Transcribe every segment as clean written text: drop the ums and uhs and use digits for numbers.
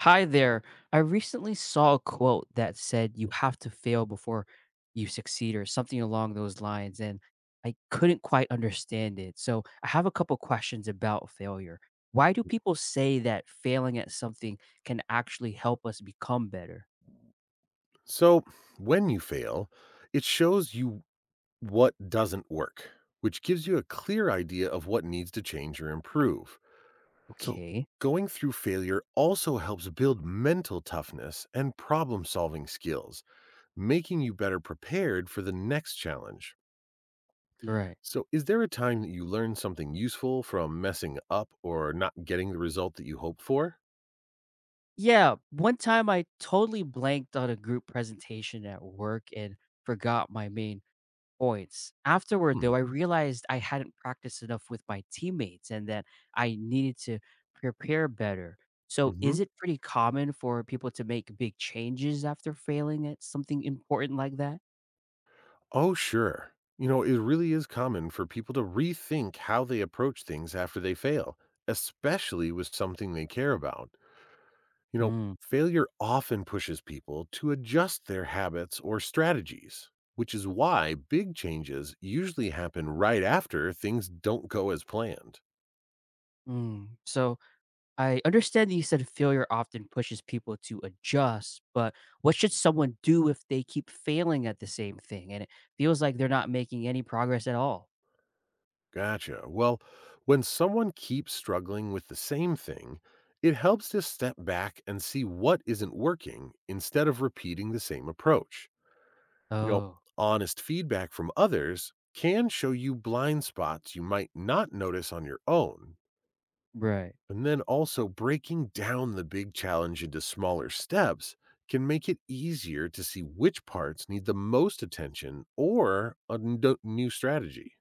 Hi there. I recently saw a quote that said you have to fail before you succeed or something along those lines and I couldn't quite understand it. So, I have a couple questions about failure. Why do people say that failing at something can actually help us become better? So, when you fail, it shows you what doesn't work, which gives you a clear idea of what needs to change or improve. So, Okay. going through failure also helps build mental toughness and problem solving skills, making you better prepared for the next challenge. Right. So, is there a time that you learned something useful from messing up or not getting the result that you hoped for? Yeah, one time I totally blanked on a group presentation at work and forgot my main points. Afterward, Hmm. though, I realized I hadn't practiced enough with my teammates and that I needed to prepare better. So, Mm-hmm. is it pretty common for people to make big changes after failing at something important like that? Oh, sure. You know, it really is common for people to rethink how they approach things after they fail, especially with something they care about. You know, Mm. failure often pushes people to adjust their habits or strategies, which is why big changes usually happen right after things don't go as planned. Mm. So, I understand that you said failure often pushes people to adjust, but what should someone do if they keep failing at the same thing and it feels like they're not making any progress at all? Gotcha. Well, when someone keeps struggling with the same thing, it helps to step back and see what isn't working instead of repeating the same approach. You know, Oh, honest feedback from others can show you blind spots you might not notice on your own. right. And then also breaking down the big challenge into smaller steps can make it easier to see which parts need the most attention or a new strategy.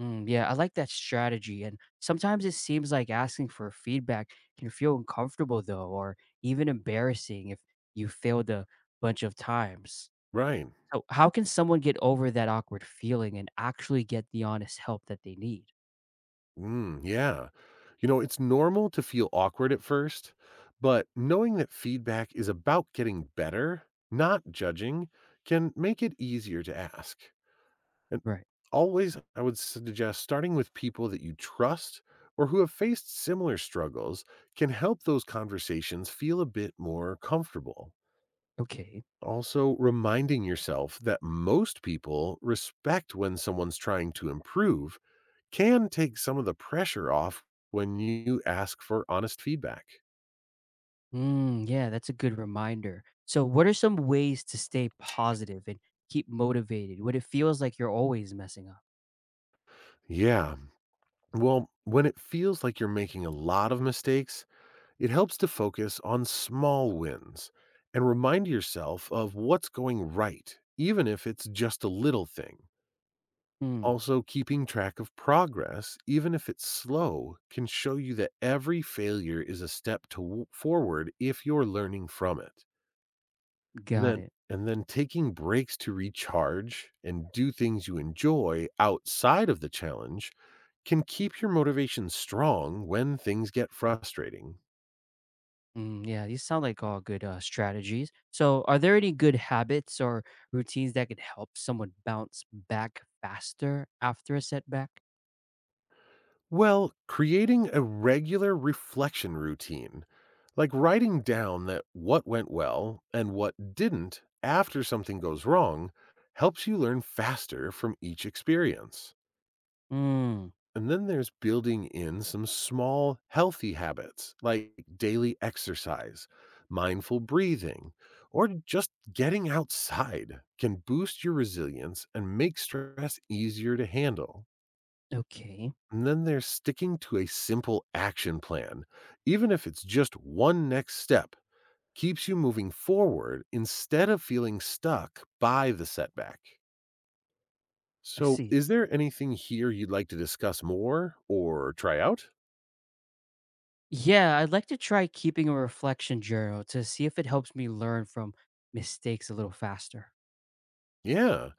Mm, yeah, I like that strategy. And sometimes it seems like asking for feedback can feel uncomfortable, though, or even embarrassing if you failed a bunch of times. Right. So, how can someone get over that awkward feeling and actually get the honest help that they need? Mm, yeah. You know, it's normal to feel awkward at first, but knowing that feedback is about getting better, not judging, can make it easier to ask. And Right. always, I would suggest starting with people that you trust or who have faced similar struggles can help those conversations feel a bit more comfortable. Okay. Also, reminding yourself that most people respect when someone's trying to improve can take some of the pressure off when you ask for honest feedback. Mm, yeah, that's a good reminder. So, what are some ways to stay positive and keep motivated when it feels like you're always messing up? Yeah. Well, when it feels like you're making a lot of mistakes, it helps to focus on small wins and remind yourself of what's going right, even if it's just a little thing. Hmm. Also, keeping track of progress, even if it's slow, can show you that every failure is a step to forward if you're learning from it. And Got then, it. and then taking breaks to recharge and do things you enjoy outside of the challenge can keep your motivation strong when things get frustrating. Mm, yeah, these sound like all good strategies. So, are there any good habits or routines that could help someone bounce back faster after a setback? Well, creating a regular reflection routine, like writing down that what went well and what didn't after something goes wrong, helps you learn faster from each experience. Mm, And then there's building in some small healthy habits like daily exercise, mindful breathing, or just getting outside can boost your resilience and make stress easier to handle. okay, And then there's sticking to a simple action plan, even if it's just one next step, keeps you moving forward instead of feeling stuck by the setback. I So, see. is there anything here you'd like to discuss more or try out? Yeah, I'd like to try keeping a reflection journal to see if it helps me learn from mistakes a little faster. Yeah.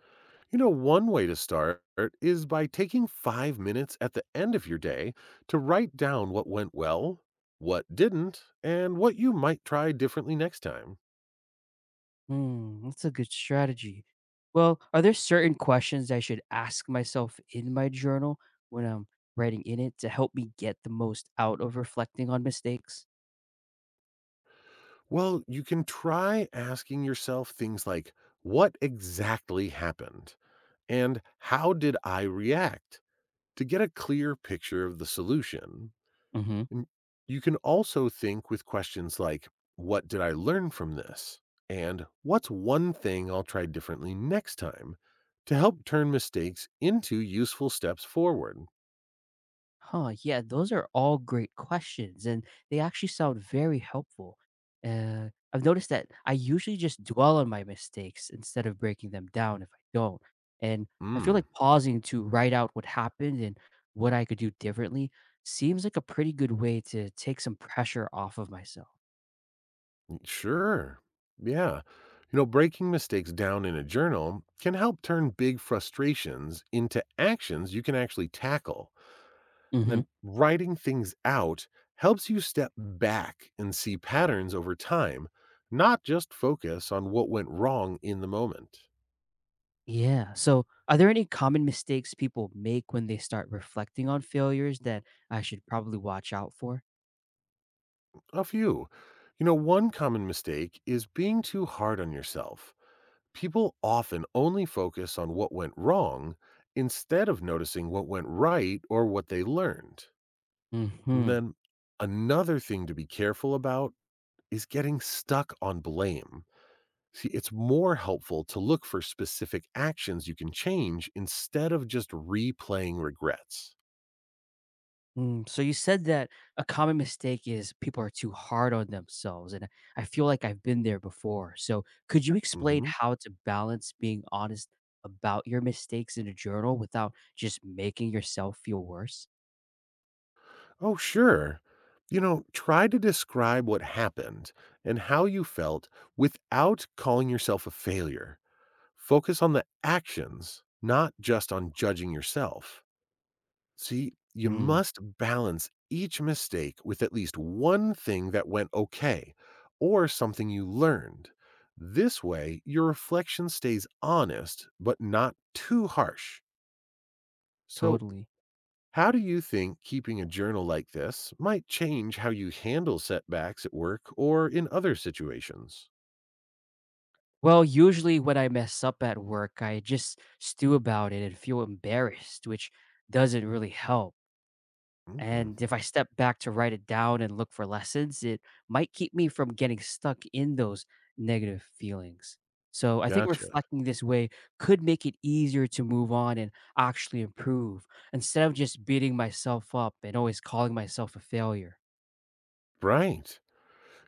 You know, one way to start is by taking 5 minutes at the end of your day to write down what went well, what didn't, and what you might try differently next time. Mm, that's a good strategy. Well, are there certain questions I should ask myself in my journal when I'm writing in it to help me get the most out of reflecting on mistakes? Well, you can try asking yourself things like, what exactly happened? And how did I react? To get a clear picture of the solution. Hmm. And you can also think with questions like, what did I learn from this? And what's one thing I'll try differently next time to help turn mistakes into useful steps forward? Huh, yeah, those are all great questions, and they actually sound very helpful. I've noticed that I usually just dwell on my mistakes instead of breaking them down if I don't. And I feel Mm. like pausing to write out what happened and what I could do differently seems like a pretty good way to take some pressure off of myself. Sure. Yeah. You know, breaking mistakes down in a journal can help turn big frustrations into actions you can actually tackle. And Hmm. then writing things out helps you step back and see patterns over time, not just focus on what went wrong in the moment. Yeah. So, are there any common mistakes people make when they start reflecting on failures that I should probably watch out for? A few. You know, one common mistake is being too hard on yourself. People often only focus on what went wrong instead of noticing what went right or what they learned. And Hmm. then another thing to be careful about is getting stuck on blame. See, it's more helpful to look for specific actions you can change instead of just replaying regrets. Mm, so you said that a common mistake is people are too hard on themselves, and I feel like I've been there before. So could you explain Mhm. how to balance being honest about your mistakes in a journal without just making yourself feel worse? Oh, sure. You know, try to describe what happened and how you felt without calling yourself a failure. Focus on the actions, not just on judging yourself. See, you Mm, must balance each mistake with at least one thing that went okay or something you learned. This way, your reflection stays honest but not too harsh. So, totally. how do you think keeping a journal like this might change how you handle setbacks at work or in other situations? Well, usually when I mess up at work, I just stew about it and feel embarrassed, which doesn't really help. Hmm. And if I step back to write it down and look for lessons, it might keep me from getting stuck in those negative feelings. So I think Gotcha. reflecting this way could make it easier to move on and actually improve instead of just beating myself up and always calling myself a failure. Right.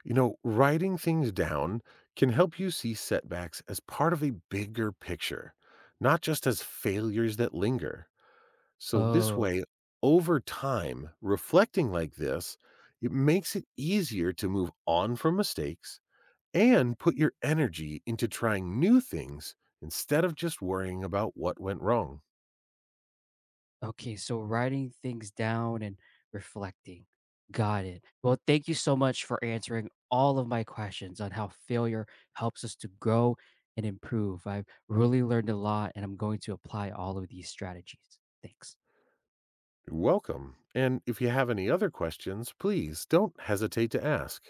You know, writing things down can help you see setbacks as part of a bigger picture, not just as failures that linger. So, this Oh. way, over time, reflecting like this, it makes it easier to move on from mistakes and put your energy into trying new things instead of just worrying about what went wrong. Okay, so writing things down and reflecting. Got it. Well, thank you so much for answering all of my questions on how failure helps us to grow and improve. I've really learned a lot and I'm going to apply all of these strategies. Thanks. You're welcome. And if you have any other questions, please don't hesitate to ask.